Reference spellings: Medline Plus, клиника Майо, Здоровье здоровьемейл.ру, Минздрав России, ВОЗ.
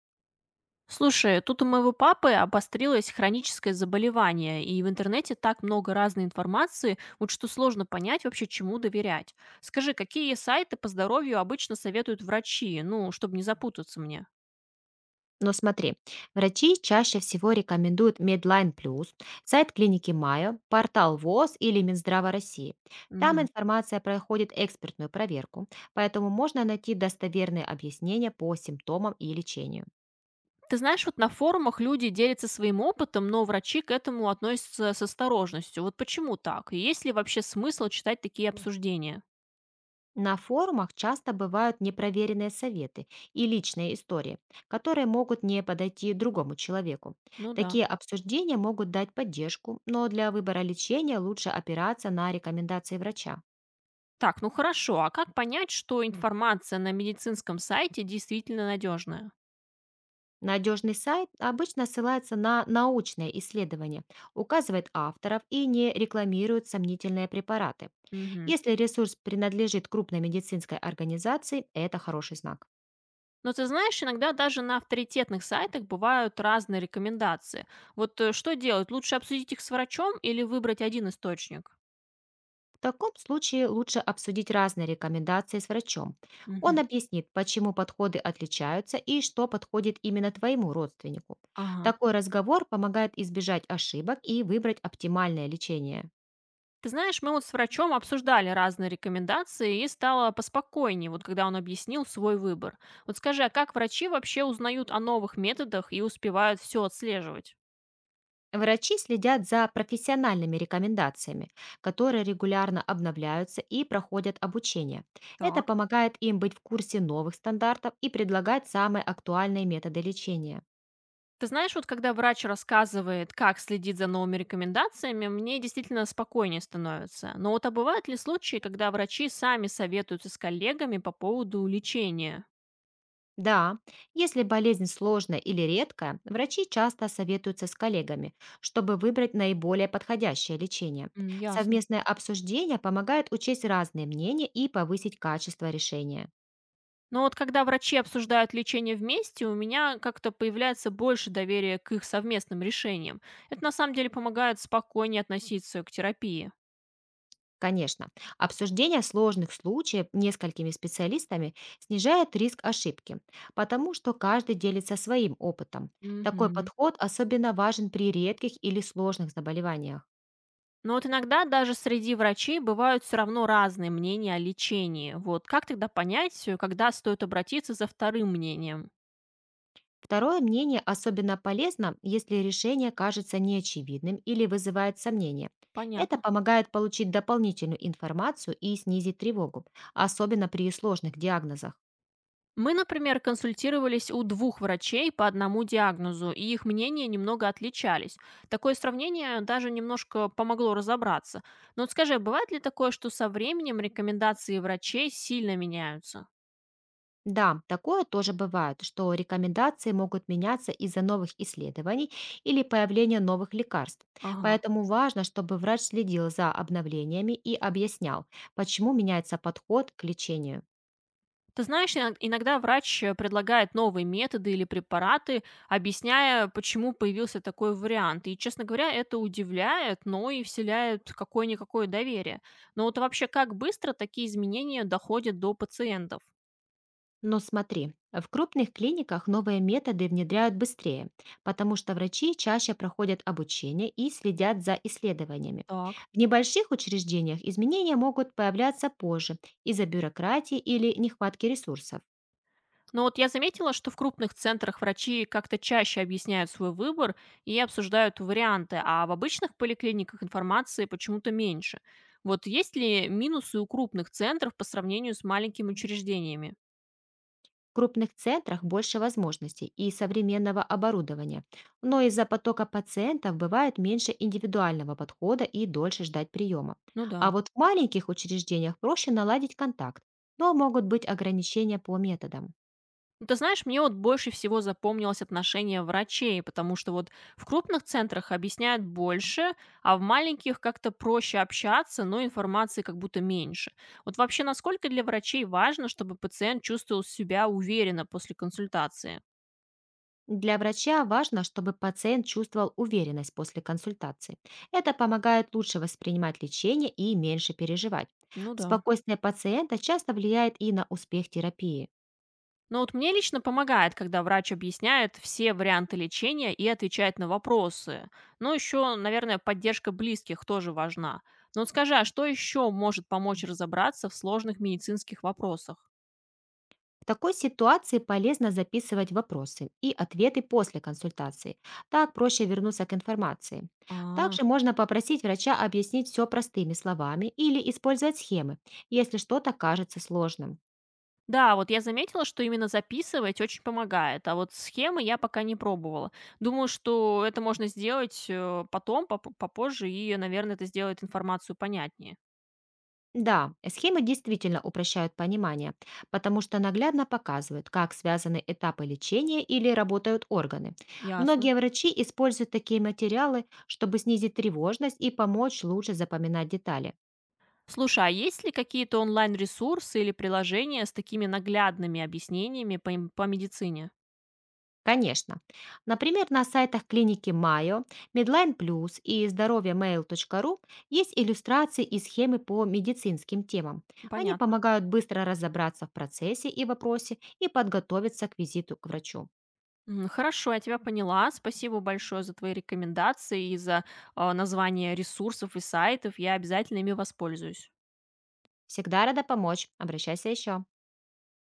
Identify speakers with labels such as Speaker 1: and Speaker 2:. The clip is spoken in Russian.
Speaker 1: Слушай, тут у моего папы обострилось хроническое заболевание, и в интернете так много разной информации, вот что сложно понять вообще, чему доверять. Скажи, какие сайты по здоровью обычно советуют врачи, ну, чтобы не запутаться мне?
Speaker 2: Но смотри, врачи чаще всего рекомендуют Medline Plus, сайт клиники Майо, портал ВОЗ или Минздрава России. Там
Speaker 1: Мгм.
Speaker 2: информация проходит экспертную проверку, поэтому можно найти достоверные объяснения по симптомам и лечению.
Speaker 1: Ты знаешь, вот на форумах люди делятся своим опытом, но врачи к этому относятся с осторожностью. Вот почему так? И есть ли вообще смысл читать такие обсуждения?
Speaker 2: На форумах часто бывают непроверенные советы и личные истории, которые могут не подойти другому человеку.
Speaker 1: Ну да.
Speaker 2: Такие обсуждения могут дать поддержку, но для выбора лечения лучше опираться на рекомендации врача.
Speaker 1: Так, ну хорошо, а как понять, что информация на медицинском сайте действительно надежная?
Speaker 2: Надежный сайт обычно ссылается на научные исследования, указывает авторов и не рекламирует сомнительные препараты.
Speaker 1: Мгм.
Speaker 2: Если ресурс принадлежит крупной медицинской организации, это хороший знак.
Speaker 1: Но ты знаешь, иногда даже на авторитетных сайтах бывают разные рекомендации. Вот что делать? Лучше обсудить их с врачом или выбрать один источник?
Speaker 2: В таком случае лучше обсудить разные рекомендации с врачом. Он
Speaker 1: Мгм.
Speaker 2: объяснит, почему подходы отличаются и что подходит именно твоему родственнику.
Speaker 1: Ага.
Speaker 2: Такой разговор помогает избежать ошибок и выбрать оптимальное лечение.
Speaker 1: Ты знаешь, мы вот с врачом обсуждали разные рекомендации и стало поспокойнее, вот когда он объяснил свой выбор. Вот скажи, а как врачи вообще узнают о новых методах и успевают все отслеживать?
Speaker 2: Врачи следят за профессиональными рекомендациями, которые регулярно обновляются и проходят обучение. Это
Speaker 1: Так.
Speaker 2: помогает им быть в курсе новых стандартов и предлагать самые актуальные методы лечения.
Speaker 1: Ты знаешь, вот когда врач рассказывает, как следить за новыми рекомендациями, мне действительно спокойнее становится. Но вот а бывают ли случаи, когда врачи сами советуются с коллегами по поводу лечения?
Speaker 2: Да, если болезнь сложная или редкая, врачи часто советуются с коллегами, чтобы выбрать наиболее подходящее лечение.
Speaker 1: М, ясно.
Speaker 2: Совместное обсуждение помогает учесть разные мнения и повысить качество решения.
Speaker 1: Но вот когда врачи обсуждают лечение вместе, у меня как-то появляется больше доверия к их совместным решениям. Это на самом деле помогает спокойнее относиться к терапии.
Speaker 2: Конечно, обсуждение сложных случаев несколькими специалистами снижает риск ошибки, потому что каждый делится своим опытом. Такой
Speaker 1: Мгм.
Speaker 2: подход особенно важен при редких или сложных заболеваниях.
Speaker 1: Но вот иногда даже среди врачей бывают все равно разные мнения о лечении. Вот как тогда понять, когда стоит обратиться за вторым мнением?
Speaker 2: Второе мнение особенно полезно, если решение кажется неочевидным или вызывает сомнения. Это
Speaker 1: Понятно.
Speaker 2: помогает получить дополнительную информацию и снизить тревогу, особенно при сложных диагнозах.
Speaker 1: Мы, например, консультировались у двух врачей по одному диагнозу, и их мнения немного отличались. Такое сравнение даже немножко помогло разобраться. Но вот скажи, а бывает ли такое, что со временем рекомендации врачей сильно меняются?
Speaker 2: Да, такое тоже бывает, что рекомендации могут меняться из-за новых исследований или появления новых лекарств.
Speaker 1: Ага.
Speaker 2: Поэтому важно, чтобы врач следил за обновлениями и объяснял, почему меняется подход к лечению.
Speaker 1: Ты знаешь, иногда врач предлагает новые методы или препараты, объясняя, почему появился такой вариант. И, честно говоря, это удивляет, но и вселяет какое-никакое доверие. Но вот вообще, как быстро такие изменения доходят до пациентов?
Speaker 2: Но смотри, в крупных клиниках новые методы внедряют быстрее, потому что врачи чаще проходят обучение и следят за исследованиями.
Speaker 1: Так.
Speaker 2: В небольших учреждениях изменения могут появляться позже из-за бюрократии или нехватки ресурсов.
Speaker 1: Но вот я заметила, что в крупных центрах врачи как-то чаще объясняют свой выбор и обсуждают варианты, а в обычных поликлиниках информации почему-то меньше. Вот есть ли минусы у крупных центров по сравнению с маленькими учреждениями?
Speaker 2: В крупных центрах больше возможностей и современного оборудования, но из-за потока пациентов бывает меньше индивидуального подхода и дольше ждать приема.
Speaker 1: Ну
Speaker 2: А
Speaker 1: да.
Speaker 2: вот в маленьких учреждениях проще наладить контакт, но могут быть ограничения по методам.
Speaker 1: Ну, ты знаешь, мне вот больше всего запомнилось отношение врачей, потому что вот в крупных центрах объясняют больше, а в маленьких как-то проще общаться, но информации как будто меньше. Вот вообще, насколько для врачей важно, чтобы пациент чувствовал себя уверенно после консультации?
Speaker 2: Для врача важно, чтобы пациент чувствовал уверенность после консультации. Это помогает лучше воспринимать лечение и меньше переживать.
Speaker 1: Ну да.
Speaker 2: Спокойствие пациента часто влияет и на успех терапии.
Speaker 1: Но вот мне лично помогает, когда врач объясняет все варианты лечения и отвечает на вопросы. Ну, еще, наверное, поддержка близких тоже важна. Но вот скажи, а что еще может помочь разобраться в сложных медицинских вопросах?
Speaker 2: В такой ситуации полезно записывать вопросы и ответы после консультации. Так проще вернуться к информации.
Speaker 1: А.
Speaker 2: Также можно попросить врача объяснить все простыми словами или использовать схемы, если что-то кажется сложным.
Speaker 1: Да, вот я заметила, что именно записывать очень помогает, а вот схемы я пока не пробовала. Думаю, что это можно сделать потом, попозже, и, наверное, это сделает информацию понятнее.
Speaker 2: Да, схемы действительно упрощают понимание, потому что наглядно показывают, как связаны этапы лечения или работают органы.
Speaker 1: Ясно.
Speaker 2: Многие врачи используют такие материалы, чтобы снизить тревожность и помочь лучше запоминать детали.
Speaker 1: Слушай, а есть ли какие-то онлайн-ресурсы или приложения с такими наглядными объяснениями по, по медицине?
Speaker 2: Конечно. Например, на сайтах клиники Майо, Medline Plus и Здоровье здоровьемейл.ру есть иллюстрации и схемы по медицинским темам. Они
Speaker 1: Понятно.
Speaker 2: помогают быстро разобраться в процессе и вопросе и подготовиться к визиту к врачу.
Speaker 1: М, хорошо, я тебя поняла. Спасибо большое за твои рекомендации и за название ресурсов и сайтов. Я обязательно ими воспользуюсь.
Speaker 2: Всегда рада помочь. Обращайся еще.